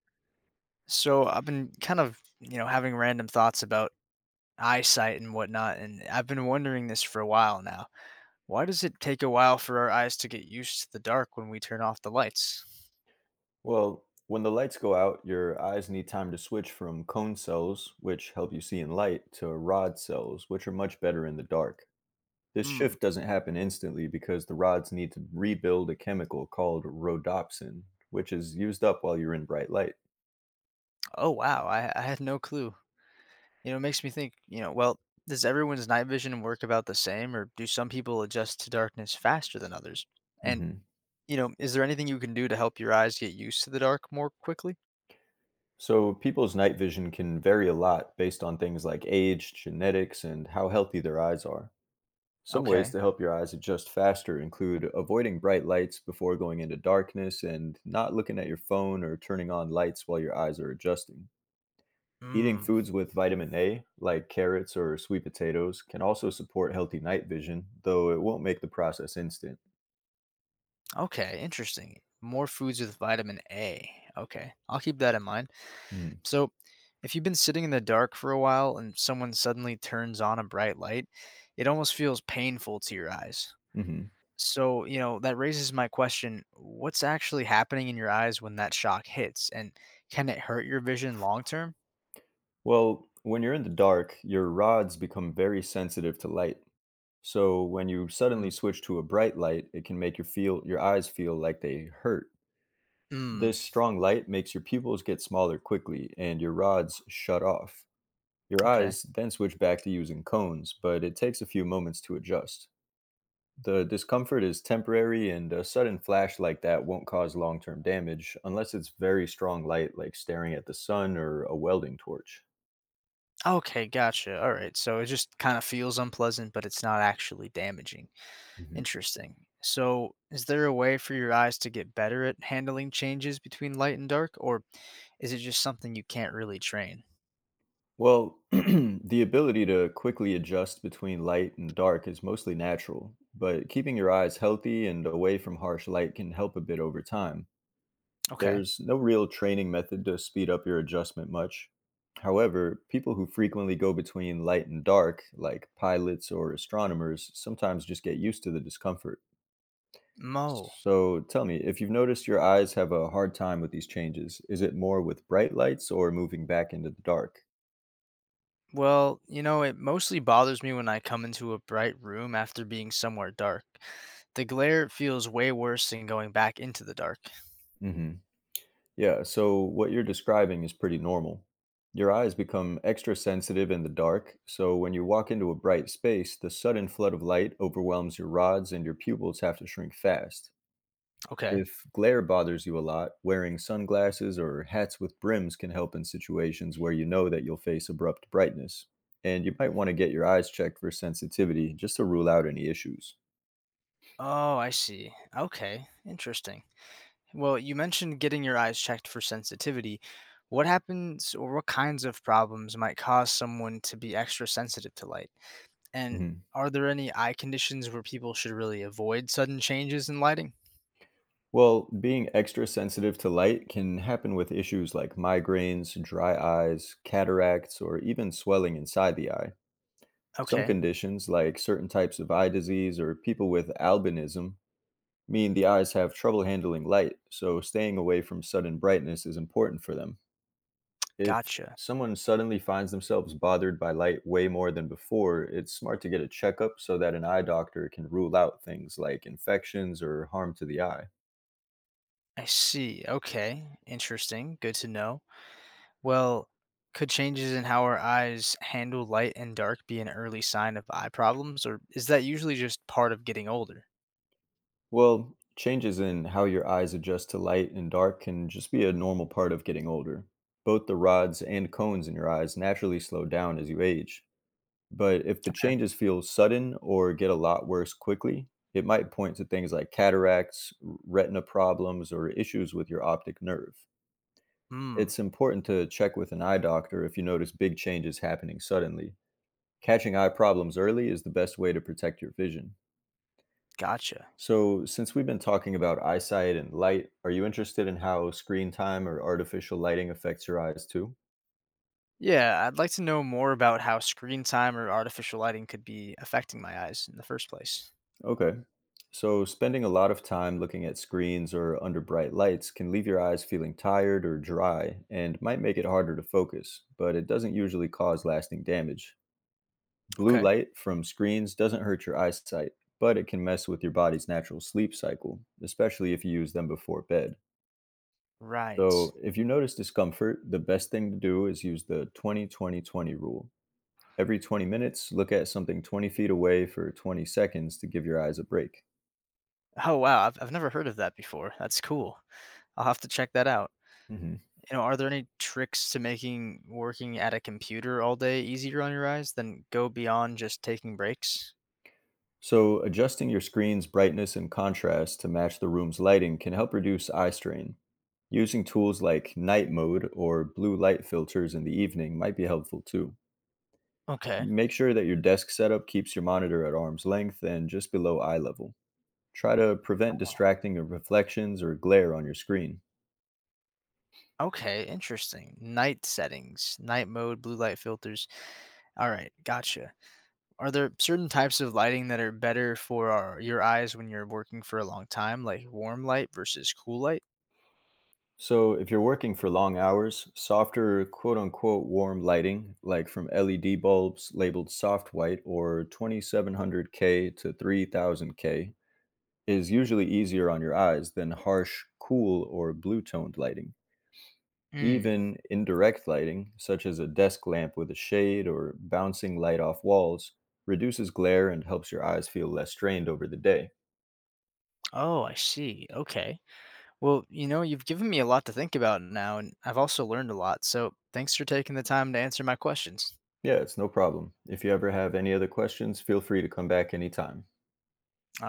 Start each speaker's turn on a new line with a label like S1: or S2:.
S1: So I've been kind of, you know, having random thoughts about eyesight and whatnot, and I've been wondering this for a while now. Why does it take a while for our eyes to get used to the dark when we turn off the lights?
S2: Well, when the lights go out, your eyes need time to switch from cone cells, which help you see in light, to rod cells, which are much better in the dark. This
S1: Hmm.
S2: shift doesn't happen instantly because the rods need to rebuild a chemical called rhodopsin, which is used up while you're in bright light.
S1: Oh wow, I had no clue. You know, it makes me think, well, does everyone's night vision work about the same, or do some people adjust to darkness faster than others? And,
S2: Hmm.
S1: is there anything you can do to help your eyes get used to the dark more quickly?
S2: So, people's night vision can vary a lot based on things like age, genetics, and how healthy their eyes are. Some ways
S1: Okay.
S2: to help your eyes adjust faster include avoiding bright lights before going into darkness and not looking at your phone or turning on lights while your eyes are adjusting. Eating
S1: Hmm.
S2: foods with vitamin A, like carrots or sweet potatoes, can also support healthy night vision, though it won't make the process instant.
S1: Okay, interesting. More foods with vitamin A. Okay, I'll keep that in mind. So, if you've been sitting in the dark for a while and someone suddenly turns on a bright light, it almost feels painful to your eyes.
S2: Mm-hmm.
S1: So, that raises my question, what's actually happening in your eyes when that shock hits? And can it hurt your vision long term?
S2: Well, when you're in the dark, your rods become very sensitive to light. So when you
S1: Mm.
S2: suddenly switch to a bright light, it can make your feel your eyes feel like they hurt.
S1: Mm,
S2: This strong light makes your pupils get smaller quickly and your rods shut off. Your
S1: okay.
S2: eyes then switch back to using cones, but it takes a few moments to adjust. The discomfort is temporary, and a sudden flash like that won't cause long term damage unless it's very strong light, like staring at the sun or a welding torch.
S1: Okay, gotcha. All right. So it just kind of feels unpleasant, but it's not actually damaging.
S2: Hmm.
S1: Interesting. So, is there a way for your eyes to get better at handling changes between light and dark, or is it just something you can't really train?
S2: Well, the ability to quickly adjust between light and dark is mostly natural, but keeping your eyes healthy and away from harsh light can help a bit over time.
S1: Okay.
S2: There's no real training method to speed up your adjustment much. However, people who frequently go between light and dark, like pilots or astronomers, sometimes just get used to the discomfort.
S1: Mo.
S2: So tell me, if you've noticed your eyes have a hard time with these changes, is it more with bright lights or moving back into the dark?
S1: Well, it mostly bothers me when I come into a bright room after being somewhere dark. The glare feels way worse than going back into the dark.
S2: Hmm. Yeah, so what you're describing is pretty normal. Your eyes become extra sensitive in the dark, so when you walk into a bright space, the sudden flood of light overwhelms your rods and your pupils have to shrink fast.
S1: Okay.
S2: If glare bothers you a lot, wearing sunglasses or hats with brims can help in situations where you know that you'll face abrupt brightness. And you might want to get your eyes checked for sensitivity just to rule out any issues.
S1: Oh, I see. Okay. Interesting. Well, you mentioned getting your eyes checked for sensitivity. What happens, or what kinds of problems might cause someone to be extra sensitive to light? And
S2: Mhm.
S1: are there any eye conditions where people should really avoid sudden changes in lighting?
S2: Well, being extra sensitive to light can happen with issues like migraines, dry eyes, cataracts, or even swelling inside the eye. Some
S1: Okay,
S2: conditions, like certain types of eye disease or people with albinism, mean the eyes have trouble handling light, so staying away from sudden brightness is important for them. If
S1: gotcha.
S2: someone suddenly finds themselves bothered by light way more than before, it's smart to get a checkup so that an eye doctor can rule out things like infections or harm to the eye.
S1: I see. Okay, interesting. Good to know. Well, could changes in how our eyes handle light and dark be an early sign of eye problems, or is that usually just part of getting older?
S2: Well, changes in how your eyes adjust to light and dark can just be a normal part of getting older. Both the rods and cones in your eyes naturally slow down as you age. But if the
S1: Okay.
S2: changes feel sudden or get a lot worse quickly, it might point to things like cataracts, retina problems, or issues with your optic nerve.
S1: Hmm,
S2: It's important to check with an eye doctor if you notice big changes happening suddenly. Catching eye problems early is the best way to protect your vision.
S1: gotcha.
S2: So, since we've been talking about eyesight and light, are you interested in how screen time or artificial lighting affects your eyes too?
S1: Yeah, I'd like to know more about how screen time or artificial lighting could be affecting my eyes in the first place.
S2: Okay. So, spending a lot of time looking at screens or under bright lights can leave your eyes feeling tired or dry and might make it harder to focus, but it doesn't usually cause lasting damage. Blue
S1: Okay.
S2: light from screens doesn't hurt your eyesight, but it can mess with your body's natural sleep cycle, especially if you use them before bed. So,
S1: Right.
S2: if you notice discomfort, the best thing to do is use the 20 20 20 rule. Every 20 minutes, look at something 20 feet away for 20 seconds to give your eyes a break.
S1: Oh, wow. I've never heard of that before. That's cool. I'll have to check that out.
S2: Hmm.
S1: You know, are there any tricks to making working at a computer all day easier on your eyes than go beyond just taking breaks?
S2: So, adjusting your screen's brightness and contrast to match the room's lighting can help reduce eye strain. Using tools like night mode or blue light filters in the evening might be helpful too.
S1: Okay.
S2: Make sure that your desk setup keeps your monitor at arm's length and just below eye level. Try to prevent distracting or reflections or glare on your screen.
S1: Okay, interesting. Night settings, night mode, blue light filters. All right, gotcha. Are there certain types of lighting that are better for our, your eyes when you're working for a long time, like warm light versus cool light?
S2: So, if you're working for long hours, softer, quote unquote, warm lighting, like from LED bulbs labeled soft white or 2700K to 3000K, is usually easier on your eyes than harsh, cool, or blue toned lighting.
S1: Mm.
S2: Even indirect lighting, such as a desk lamp with a shade or bouncing light off walls, reduces glare and helps your eyes feel less strained over the day.
S1: Oh, I see. Okay. Well, you know, you've given me a lot to think about now, and I've also learned a lot. So thanks for taking the time to answer my questions.
S2: Yeah, it's no problem. If you ever have any other questions, feel free to come back anytime.